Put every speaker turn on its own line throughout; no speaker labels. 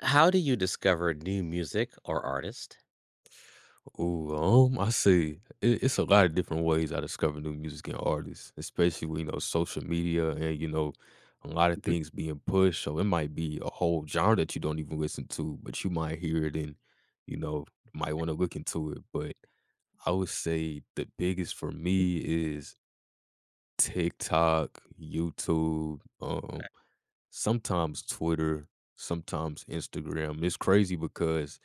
How do you discover new music or artist?
I see. It's a lot of different ways I discover new music and artists, especially with, you know, social media and, you know, a lot of
Mhm.
things being pushed. So it might be a whole genre that you don't even listen to, but you might hear it and, you know, might want to look into it. But I would say the biggest for me is TikTok, YouTube, sometimes Twitter, sometimes Instagram. It's crazy because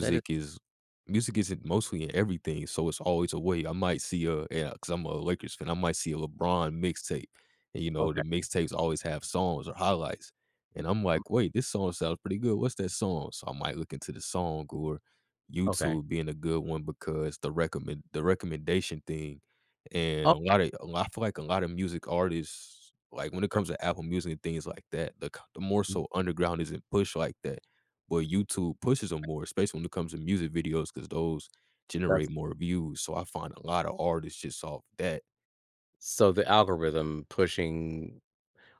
That is
is music isn't mostly in everything, so it's always a way. I might see a yeah, because 'cause I'm a Lakers fan. I might see a LeBron mixtape, and you know the
okay,
mixtapes always have songs or highlights, and I'm like, wait, this song sounds pretty good. What's that song? So I might look into the song or
okay.
YouTube being a good one because the recommendation thing.
Oh,
And a lot, I feel like a lot of music artists, like, when it comes to Apple Music and things like that, the more
mhm,
so underground isn't pushed like that, but YouTube pushes them more, especially when it comes to music videos because those
that's
generate more views, so I find a lot of artists just off that.
so the algorithm pushing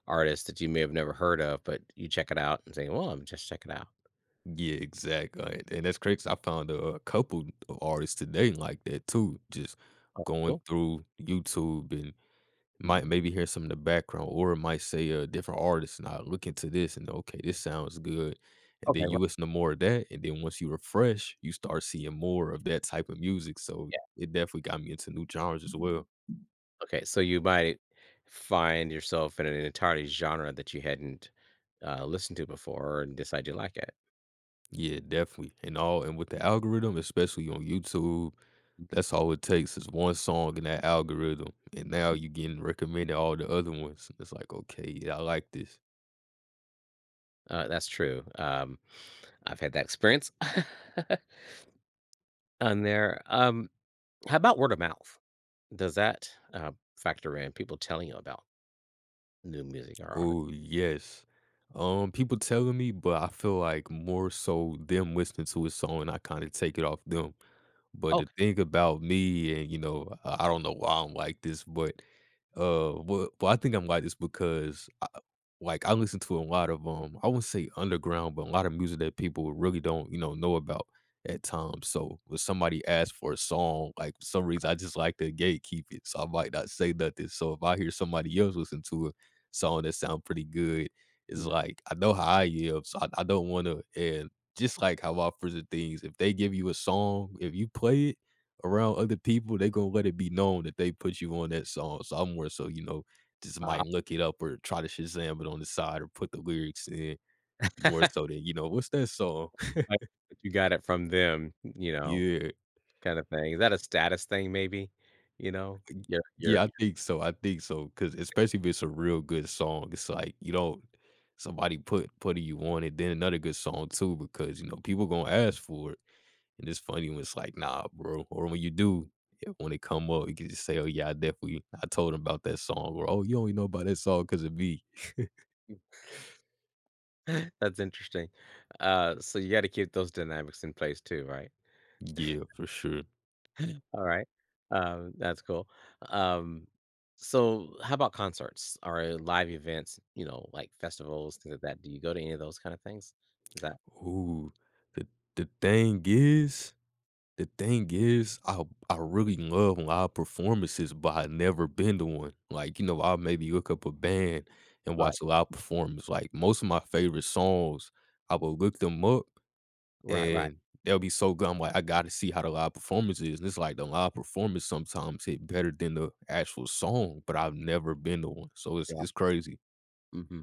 artists that you may have never heard of, but you check it out and say, "Well, I'm just check it out."
Yeah, exactly, and that's crazy 'cause I found a couple of artists today like that too, just
Oh,
going
cool.
through YouTube and might
Mhm.
maybe hear some in the background, or it might say a different artist, and I look into this and okay, this sounds good. And
Okay,
then you
right.
listen to more of that, and then once you refresh, you start seeing more of that type of music. So it definitely got me into new genres as well.
Okay, so you might find yourself in an entirely genre that you hadn't, listened to before and decide you like it.
Yeah, definitely. And all, and with the algorithm, especially on YouTube, that's all it takes is one song in that algorithm. And now you're getting recommended all the other ones. It's like, okay, yeah, I like this.
That's true. I've had that experience on there. How about word of mouth? Does that, factor in people telling you about new music or artists?
Oh yes. People telling me, but I feel like more so them listening to a song and I kind of take it off them. But the
Okay.
thing about me and, you know, I don't know why I'm like this, but, well, I think I'm like this because I, like, I listen to a lot of, I wouldn't say underground, but a lot of music that people really don't, you know about at times. So when somebody asks for a song, like, for some reason, I just like to gatekeep it, so I might not say nothing. So if I hear somebody else listen to a song that sounds pretty good, it's
Mhm.
like, I know how I am, so I don't wanna, and just like how I present things, if they give you a song, if you play it around other people, they gonna let it be known that they put you on that song. So I'm more so, you know, just
Uh,
might look it up or try to Shazam it on the side or put the lyrics in more so than, you know, what's that song?
like, you got it from them,
Yeah.
kind of thing. Is that a status thing maybe? You know? You're you're
Yeah, I
you're
think so. I think so. Cause especially if it's a real good song, it's like you don't, somebody putting you on it, then another good song too, because you know, people gonna ask for it. And it's funny when it's like, nah, bro. Or when you do, yeah, when it come up, you can just say, oh, yeah, I definitely, I told him about that song. Or, oh, you only know about that song because of me.
that's interesting. So you got to keep those dynamics in place too, right?
Yeah, for sure.
All right. That's cool. Um, so how about concerts or live events, you know, like festivals, things like that? Do you go to any of those kind of things? Is that
Ooh, the, the thing is, the thing is, I, I really love live performances, but I never been to one. Like, you know, I'll maybe look up a band and
right?
watch a live performance. Like, most of my favorite songs, I will look them up,
Right, right.
and they'll be so good. I'm like, I gotta see how the live performance is. And it's like the live performance sometimes hit better than the actual song, but I've never been to one. So it's
Yeah.
it's crazy.
Hmm.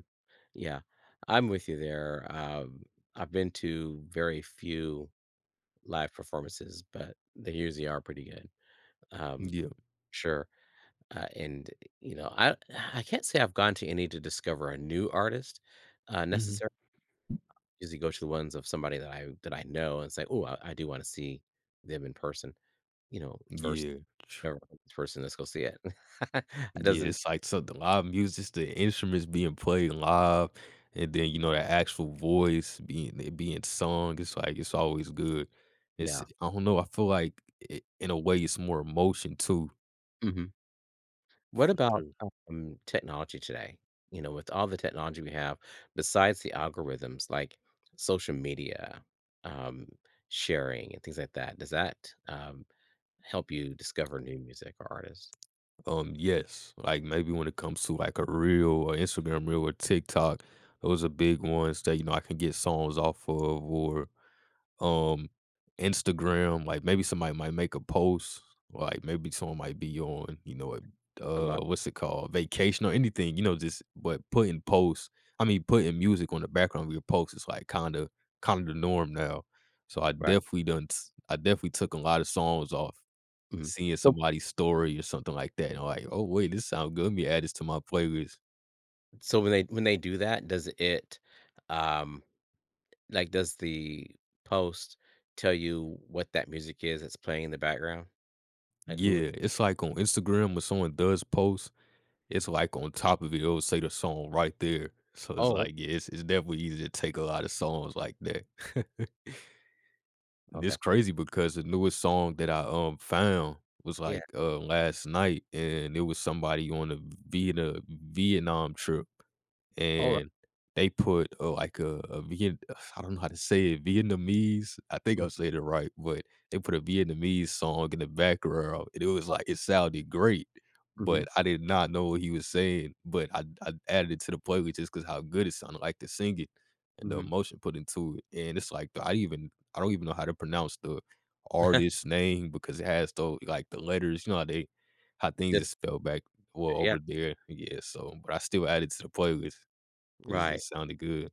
Yeah. I'm with you there. I've been to very few live performances, but they usually are pretty good. Um,
Yeah.
sure. And, you know, I I can't say I've gone to any to discover a new artist,
hmm
necessarily. I usually go to the ones of somebody that I know and say, "Oh, I do want to see them in person," you know, versus
Yeah. Tr-
"Never heard of this person, let's go see it." It
Yeah.
doesn't,
It's like so the live music, the instruments being played live, and then you know the actual voice being it being sung. It's like it's always good. It's,
yeah.
I don't know. I feel like it, in a way it's more emotion too.
Mhm. What
For
about,
sure.
technology today? You know, with all the technology we have, besides the algorithms, like social media, um, sharing and things like that, does that, help you discover new music or artists?
Yes, like maybe when it comes to like a reel or Instagram reel or TikTok, those are big ones that you know I can get songs off of, or um, Instagram. Like maybe somebody might make a post, like maybe someone might be on, you know,
About
what's it called, vacation or anything, you know, just but putting posts. I mean, putting music on the background of your posts is like kind of the norm now. So I
right,
definitely done. I definitely took a lot of songs off
mhm.
seeing
So
somebody's story or something like that, and I'm like, "Oh, wait, this sound good. Let me add this to my playlist."
so when they do that, um does the post tell you what that music is that's playing in the background? Like, who it.
Yeah, it's like on Instagram when someone does post, it's like on top of it, it'll say the song right there. So it's
Oh,
like, yeah, it's definitely easy to take a lot of songs like that. And
okay.
it's crazy because the newest song that I found was
Yeah.
like last night, and it was somebody on a Vietnam trip.
Alright.
And they put, like, a Viet I don't know how to say it, Vietnamese, I think
Mm,
I'm saying it right, but they put a Vietnamese song in the background, and it was like it sounded great,
mhm,
but I did not know what he was saying, but I added it to the playlist just because how good it sounded, like, the singing and the
mhm.
emotion put into it, and it's like, I don't even know how to pronounce the artist's name because it has those, like, the letters, you know, how they, how things
Just,
is spelled back well,
yeah,
over there, yeah, so but I still added to the playlist. 'Cause it
right.
sounded good.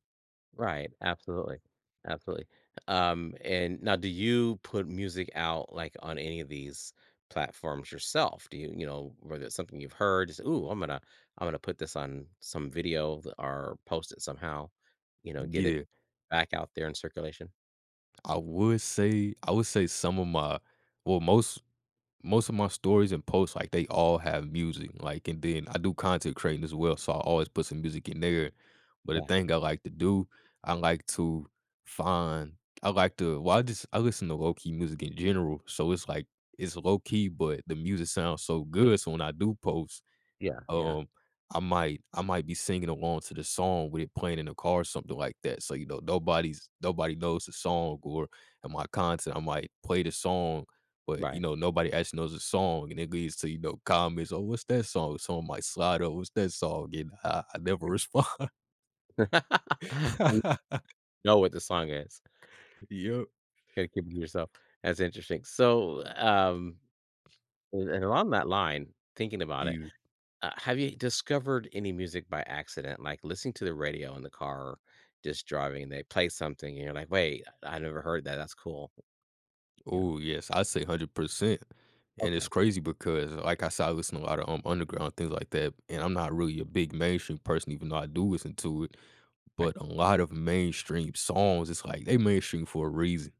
Right, absolutely, absolutely. And now do you put music out, like, on any of these platforms yourself? Do whether it's something you've heard, just, "Ooh, I'm gonna put this on some video th or post it somehow," get it
Yeah,
back out there in circulation?
I would say some of my, well, most of my stories and posts, like, they all have music, like, and then I do content creating as well, so I always put some music in there. But the
Yeah,
thing I like to do, I like to find, I like to, well, I just I listen to low-key music in general, so it's like it's low-key, but the music sounds so good, so when I do post.
yeah, yeah,
Um, I might, be singing along to the song with it playing in the car or something like that. So, you know, nobody knows the song or in my content, I might play the song, but, you
right.
know, nobody actually knows the song, and it leads to, you know, comments, "Oh, what's that song?" Someone might slide up, "What's that song?" And I never respond.
You know what the song is,
Yep.
gotta keep it to yourself. That's interesting. So, and along that line, thinking about it.
You
Have you discovered any music by accident, like listening to the radio in the car, just driving? They play something, and you're like, "Wait, I never heard that. That's cool." You know?
Oh, yes, I say 100%. And
Okay,
it's crazy because, like I said, I listen to a lot of, underground, things like that, and I'm not really a big mainstream person even though I do listen to it.
right?
But a lot of mainstream songs, it's like they mainstream for a reason,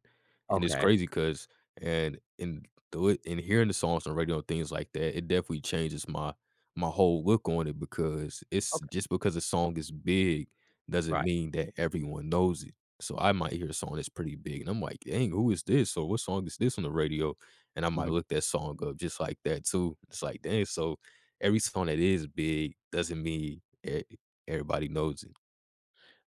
and it's
Okay,
crazy because and in in hearing the songs on radio and things like that, it definitely changes my whole look on it because it's
okay,
just because a song is big doesn't
right.
mean that everyone knows it. So I might hear a song that's pretty big, and I'm like, "Dang, who is this?" Or "What song is this on the radio?" And I might
Mhm.
look that song up just like that too. It's like, "Dang!" So every song that is big doesn't mean everybody knows it.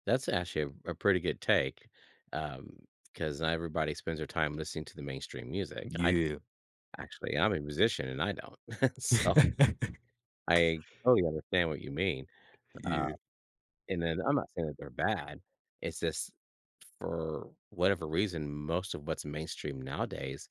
That's actually a pretty good take, um, because not everybody spends their time listening to the mainstream music.
Yeah.
Actually, I'm a musician, and I don't, so I totally understand what you mean.
Yeah,
And then I'm not saying that they're bad. It's just, for whatever reason, most of what's mainstream nowadays,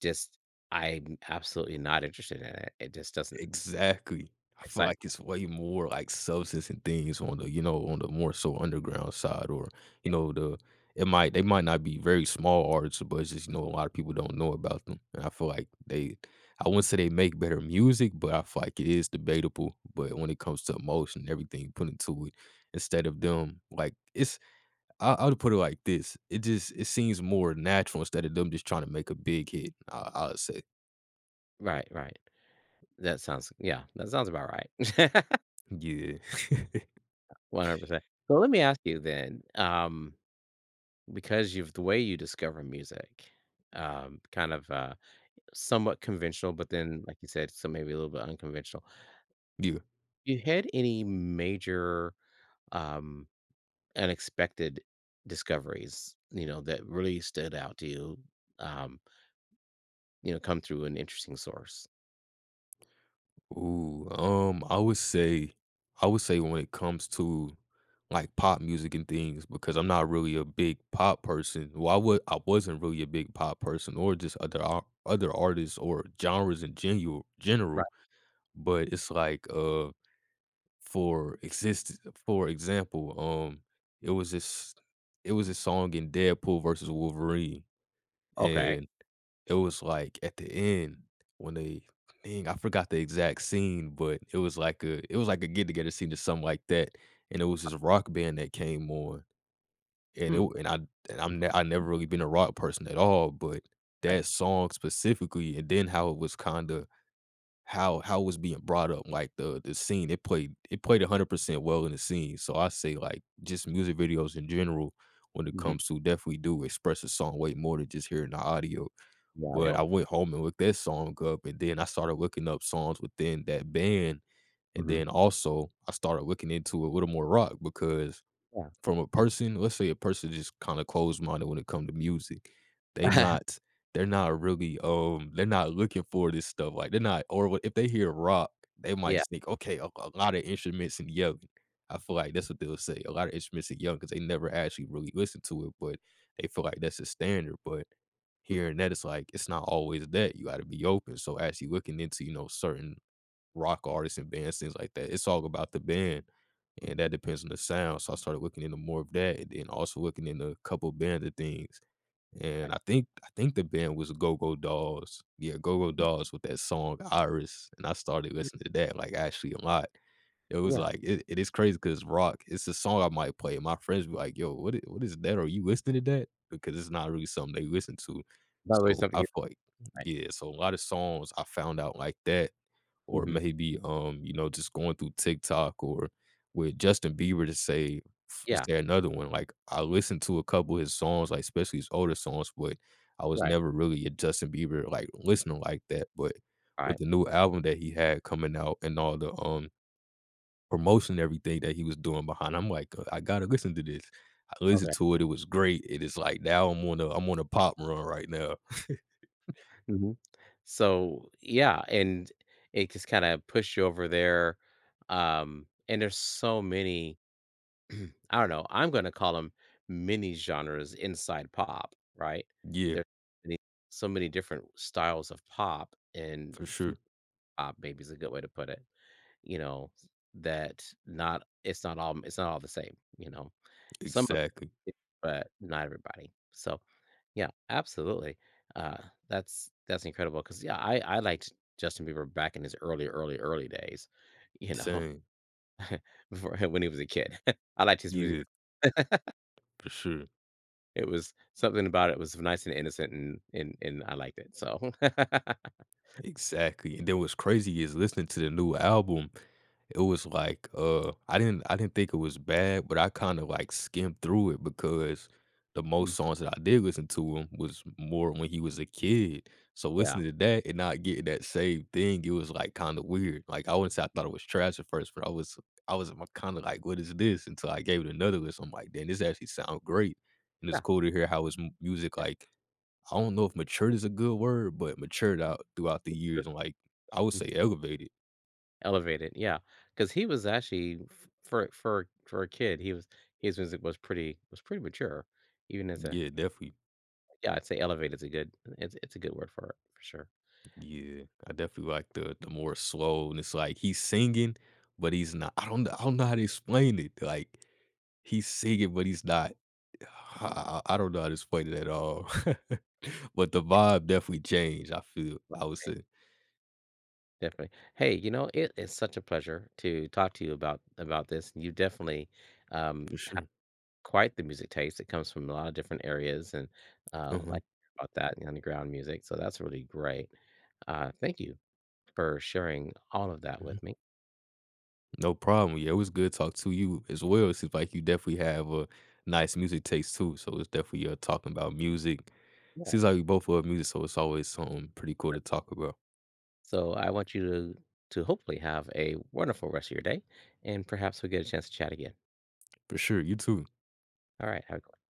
just I'm absolutely not interested in it. It just doesn't
exactly. I feel
excite
like
me.
it's way more like substance and things on the, you know, on the more so underground side or, you know, the it might, they might not be very small artists, but it's just, you know, a lot of people don't know about them. And I feel like they, I wouldn't say they make better music, but I feel like it is debatable. But when it comes to emotion and everything put into it, instead of them like it's, I would put it like this. It just it seems more natural instead of them just trying to make a big hit. I'd say
Right, right. That sounds, yeah, that sounds about right.
yeah.
100%. So let me ask you then, because you've the way you discover music, kind of, somewhat conventional, but then, like you said, so maybe a little bit unconventional.
Yeah.
You had any major, um unexpected discoveries, that really stood out to you, um, come through an interesting source?
I would say when it comes to, like, pop music and things because I'm not really a big pop person. Well, I wasn't really a big pop person or just other artists or genres in general. General,
Right.
but it's like, for exist for example, it was this it was this song in Deadpool versus Wolverine.
Okay.
And it was, like, at the end when they I forgot the exact scene, but it was like a get-together scene or something like that, and it was this rock band that came on, and it
Hmm.
and I and
Mhm.
I never really been a rock person at all, but
Right.
that song specifically, and then how it was kinda how it was being brought up, like, the scene, it played 100% well in the scene. So I say, like, just music videos in general, when it
Mhm.
comes to, definitely do express a song way more than just hearing the audio. But I
Radio.
went home and looked that song up, and then I started looking up songs within that band, and
Mhm.
then also I started looking into a little more rock. Because
Yeah.
from a
Yeah.
person, let's say a person just kind of closed minded when it come to music, they not they're not really they're not looking for this stuff, like they're not, or if they hear rock, they might
Yeah.
just think, okay, a lot of instruments and yelling. I feel like that's what they'll say, a lot of instruments and yelling, because they never actually really listen to it. But they feel like that's a standard. But
Mhm.
here and that, it's like, it's not always that. You gotta be open. So actually looking into, you know, certain rock artists and bands, things like that. It's all about the band,
Mhm.
and that depends on the sound. So I started looking into more of that, and then also looking into a couple bands of things. And
Right.
I think the band was Go Go Dolls. Yeah, Go Go Dolls with that song Iris. And I started
Yeah.
listening to that, like, actually a lot. It was
Yeah.
like it is crazy because rock, it's a song I might play, and my friends be like, "Yo, what is that? Are you listening to that?" Because it's not really something they listen to.
Not really
So
something
I
you.
feel like,
Right.
yeah. So a lot of songs I found out like that, or
Mhm.
maybe you know, just going through TikTok, or with Justin Bieber, to say to
Yeah.
say another one. Like, I listened to a couple of his songs, like especially his older songs, but I was
Right.
never really a Justin Bieber like listener like that. But with
Right.
the new album that he had coming out, and all the promotion and everything that he was doing behind, I'm like, I gotta listen to this." I
Okay.
listened to it. It was great. It is like, now I'm on a pop run right now.
Mhm. So, yeah, and it just kinda pushed you over there, and there's so many, I don't know, I'm gonna call them mini genres inside pop, right?
Yeah,
There's many so many different styles of pop, and
for
flip
sure.
pop maybe is a good way to put it, you know, that not it's not all it's not all the same, you know? Some of
Exactly.
it, but not everybody. So, yeah, absolutely. Uh, that's cause, yeah, I liked Justin Bieber back in his early, early, early days, you know,
Same.
before when he was a kid. I liked his music.
Yeah, for sure.
It was something about it, was nice and innocent, and I liked it, so
Exactly. And then what's crazy is listening to the new album. It was like, I didn't think it was bad, but I kinda, like, skimmed through it, because the
Mm,
most songs that I did listen to him was more when he was a kid. So
yeah,
listening to that and not getting that same thing, it was, like, kinda weird. Like, I wouldn't say I thought it was trash at first, but I was kinda like, "What is this?" Until I gave it another listen, I'm like, "Damn, this actually sounds great." And it's
yeah,
cool to hear how his m music, like, I don't know if matured is a good word, but matured out throughout the years and, like, I would
mm,
say elevated.
elevated, yeah, because he was actually f for a kid, he was, his music was pretty mature, even as a
Yeah, definitely.
yeah, I'd say elevated is a good, it's a good word for it, for sure.
Yeah, I definitely like the more slow, and it's like he's singing, but he's not. I don't know. I don't know how to explain it. Like, he's singing, but he's not. I don't know how to explain it at all. But the vibe definitely changed, I feel. I would
Right.
say
Definitely. Hey, you know, it is such a pleasure to talk to you about this, you definitely, um
for sure.
quite the music taste. It comes from a lot of different areas and,
Mhm,
like about that and underground music, so that's really great. Thank you for sharing all of that
mhm.
with me.
No problem. Yeah, it was good talk to you as well. It seems like you definitely have a nice music taste too. So it's definitely, talking about music.
Yeah.
Seems like we both love music, so it's always something pretty cool to talk about.
So I want you to hopefully have a wonderful rest of your day, and perhaps we get a chance to chat again.
For sure. You too.
All right, have a